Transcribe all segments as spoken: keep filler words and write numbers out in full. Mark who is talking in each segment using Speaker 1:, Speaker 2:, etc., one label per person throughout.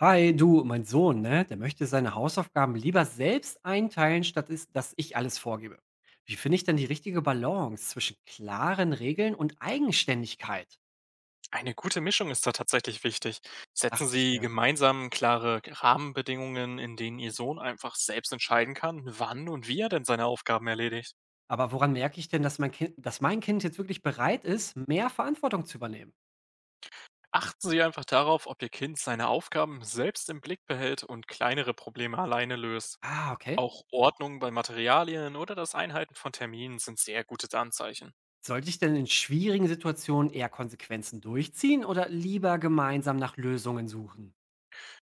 Speaker 1: Hi, du, mein Sohn, ne, der möchte seine Hausaufgaben lieber selbst einteilen, statt ist, dass ich alles vorgebe. Wie finde ich denn die richtige Balance zwischen klaren Regeln und Eigenständigkeit?
Speaker 2: Eine gute Mischung ist da tatsächlich wichtig. Setzen
Speaker 1: Dachte ich
Speaker 2: Sie
Speaker 1: mir.
Speaker 2: gemeinsam klare Rahmenbedingungen, in denen Ihr Sohn einfach selbst entscheiden kann, wann und wie er denn seine Aufgaben erledigt.
Speaker 1: Aber woran merke ich denn, dass mein Kind, dass mein Kind jetzt wirklich bereit ist, mehr Verantwortung zu übernehmen?
Speaker 2: Achten Sie einfach darauf, ob Ihr Kind seine Aufgaben selbst im Blick behält und kleinere Probleme alleine löst.
Speaker 1: Ah, okay.
Speaker 2: Auch Ordnung bei Materialien oder das Einhalten von Terminen sind sehr gute Anzeichen.
Speaker 1: Sollte ich denn in schwierigen Situationen eher Konsequenzen durchziehen oder lieber gemeinsam nach Lösungen suchen?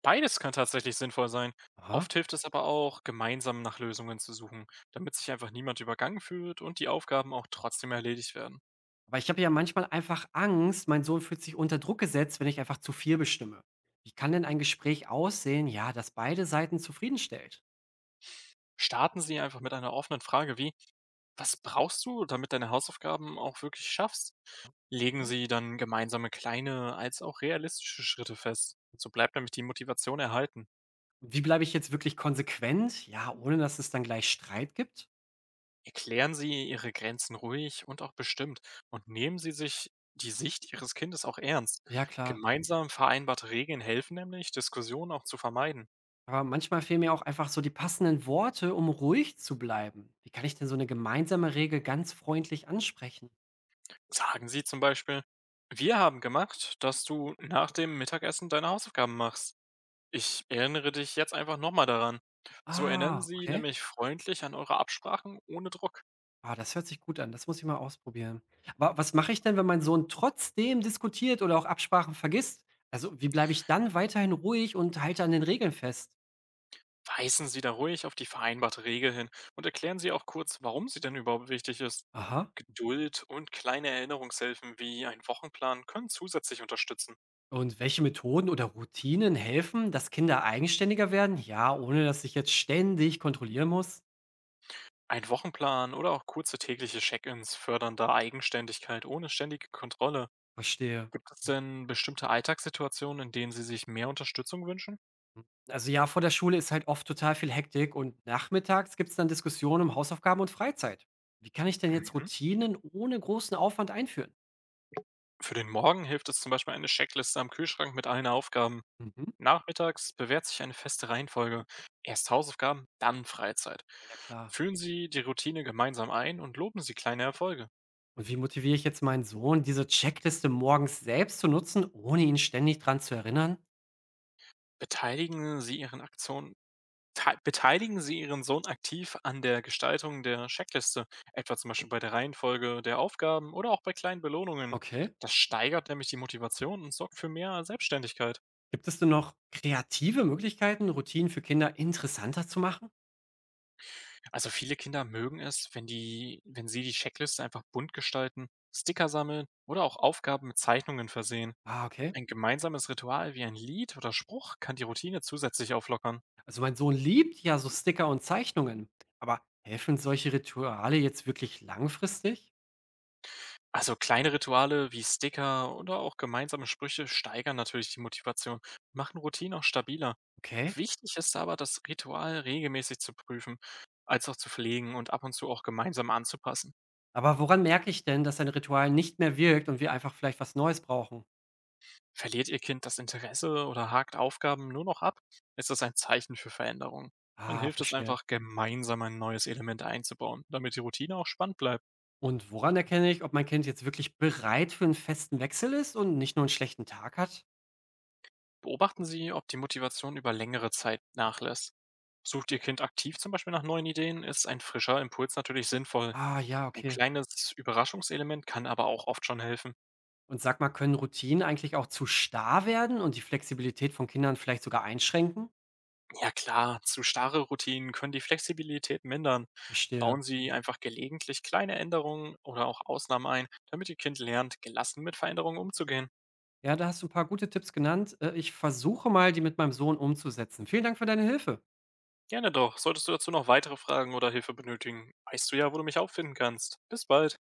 Speaker 2: Beides kann tatsächlich sinnvoll sein. Oft
Speaker 1: Aha.
Speaker 2: hilft es aber auch, gemeinsam nach Lösungen zu suchen, damit sich einfach niemand übergangen fühlt und die Aufgaben auch trotzdem erledigt werden.
Speaker 1: Aber ich habe ja manchmal einfach Angst, mein Sohn fühlt sich unter Druck gesetzt, wenn ich einfach zu viel bestimme. Wie kann denn ein Gespräch aussehen, ja, das beide Seiten zufriedenstellt?
Speaker 2: Starten Sie einfach mit einer offenen Frage wie, was brauchst du, damit deine Hausaufgaben auch wirklich schaffst? Legen
Speaker 1: Okay.
Speaker 2: Sie dann gemeinsame kleine als auch realistische Schritte fest. So bleibt nämlich die Motivation erhalten.
Speaker 1: Und wie bleibe ich jetzt wirklich konsequent? Ja, ohne dass es dann gleich Streit gibt?
Speaker 2: Erklären Sie Ihre Grenzen ruhig und auch bestimmt und nehmen Sie sich die Sicht Ihres Kindes auch ernst.
Speaker 1: Ja, klar.
Speaker 2: Gemeinsam vereinbarte Regeln helfen nämlich, Diskussionen auch zu vermeiden.
Speaker 1: Aber manchmal fehlen mir auch einfach so die passenden Worte, um ruhig zu bleiben. Wie kann ich denn so eine gemeinsame Regel ganz freundlich ansprechen?
Speaker 2: Sagen Sie zum Beispiel, wir haben gemacht, dass du nach dem Mittagessen deine Hausaufgaben machst. Ich erinnere dich jetzt einfach nochmal daran. So erinnern
Speaker 1: Ah,
Speaker 2: Sie
Speaker 1: okay.
Speaker 2: nämlich freundlich an eure Absprachen ohne Druck.
Speaker 1: Ah, das hört sich gut an. Das muss ich mal ausprobieren. Aber was mache ich denn, wenn mein Sohn trotzdem diskutiert oder auch Absprachen vergisst? Also, wie bleibe ich dann weiterhin ruhig und halte an den Regeln fest?
Speaker 2: Weisen Sie da ruhig auf die vereinbarte Regel hin und erklären Sie auch kurz, warum sie denn überhaupt wichtig ist.
Speaker 1: Aha.
Speaker 2: Geduld und kleine Erinnerungshilfen wie ein Wochenplan können zusätzlich unterstützen.
Speaker 1: Und welche Methoden oder Routinen helfen, dass Kinder eigenständiger werden? Ja, ohne dass ich jetzt ständig kontrollieren muss?
Speaker 2: Ein Wochenplan oder auch kurze tägliche Check-ins fördern da Eigenständigkeit ohne ständige Kontrolle.
Speaker 1: Verstehe.
Speaker 2: Gibt es denn bestimmte Alltagssituationen, in denen Sie sich mehr Unterstützung wünschen?
Speaker 1: Hm. Also ja, vor der Schule ist halt oft total viel Hektik und nachmittags gibt es dann Diskussionen um Hausaufgaben und Freizeit. Wie kann ich denn jetzt
Speaker 2: Mhm.
Speaker 1: Routinen ohne großen Aufwand einführen?
Speaker 2: Für den Morgen hilft es zum Beispiel eine Checkliste am Kühlschrank mit allen Aufgaben.
Speaker 1: Mhm.
Speaker 2: Nachmittags bewährt sich eine feste Reihenfolge. Erst Hausaufgaben, dann Freizeit.
Speaker 1: Ja klar.
Speaker 2: Führen Sie die Routine gemeinsam ein und loben Sie kleine Erfolge.
Speaker 1: Und wie motiviere ich jetzt meinen Sohn, diese Checkliste morgens selbst zu nutzen, ohne ihn ständig dran zu erinnern?
Speaker 2: Beteiligen Sie Ihren Aktionen. te- Beteiligen Sie Ihren Sohn aktiv an der Gestaltung der Checkliste, etwa zum Beispiel bei der Reihenfolge der Aufgaben oder auch bei kleinen Belohnungen.
Speaker 1: Okay.
Speaker 2: Das steigert nämlich die Motivation und sorgt für mehr Selbstständigkeit.
Speaker 1: Gibt es denn noch kreative Möglichkeiten, Routinen für Kinder interessanter zu machen?
Speaker 2: Also viele Kinder mögen es, wenn die, wenn sie die Checkliste einfach bunt gestalten, Sticker sammeln oder auch Aufgaben mit Zeichnungen versehen.
Speaker 1: Ah, okay.
Speaker 2: Ein gemeinsames Ritual wie ein Lied oder Spruch kann die Routine zusätzlich auflockern.
Speaker 1: Also mein Sohn liebt ja so Sticker und Zeichnungen. Aber helfen solche Rituale jetzt wirklich langfristig?
Speaker 2: Also kleine Rituale wie Sticker oder auch gemeinsame Sprüche steigern natürlich die Motivation, machen Routinen auch stabiler.
Speaker 1: Okay.
Speaker 2: Wichtig ist aber, das Ritual regelmäßig zu prüfen, als auch zu pflegen und ab und zu auch gemeinsam anzupassen.
Speaker 1: Aber woran merke ich denn, dass ein Ritual nicht mehr wirkt und wir einfach vielleicht was Neues brauchen?
Speaker 2: Verliert Ihr Kind das Interesse oder hakt Aufgaben nur noch ab, ist das ein Zeichen für Veränderung. Dann
Speaker 1: Ah,
Speaker 2: hilft es
Speaker 1: verstehe.
Speaker 2: einfach, gemeinsam ein neues Element einzubauen, damit die Routine auch spannend bleibt.
Speaker 1: Und woran erkenne ich, ob mein Kind jetzt wirklich bereit für einen festen Wechsel ist und nicht nur einen schlechten Tag hat?
Speaker 2: Beobachten Sie, ob die Motivation über längere Zeit nachlässt. Sucht Ihr Kind aktiv zum Beispiel nach neuen Ideen, ist ein frischer Impuls natürlich sinnvoll.
Speaker 1: Ah, ja,
Speaker 2: Ein
Speaker 1: okay.
Speaker 2: kleines Überraschungselement kann aber auch oft schon helfen.
Speaker 1: Und sag mal, können Routinen eigentlich auch zu starr werden und die Flexibilität von Kindern vielleicht sogar einschränken?
Speaker 2: Ja klar, zu starre Routinen können die Flexibilität mindern.
Speaker 1: Verstehe.
Speaker 2: Bauen Sie einfach gelegentlich kleine Änderungen oder auch Ausnahmen ein, damit Ihr Kind lernt, gelassen mit Veränderungen umzugehen.
Speaker 1: Ja, da hast du ein paar gute Tipps genannt. Äh, ich versuche mal, die mit meinem Sohn umzusetzen. Vielen Dank für deine Hilfe.
Speaker 2: Gerne doch. Solltest du dazu noch weitere Fragen oder Hilfe benötigen, weißt du ja, wo du mich auffinden kannst. Bis bald.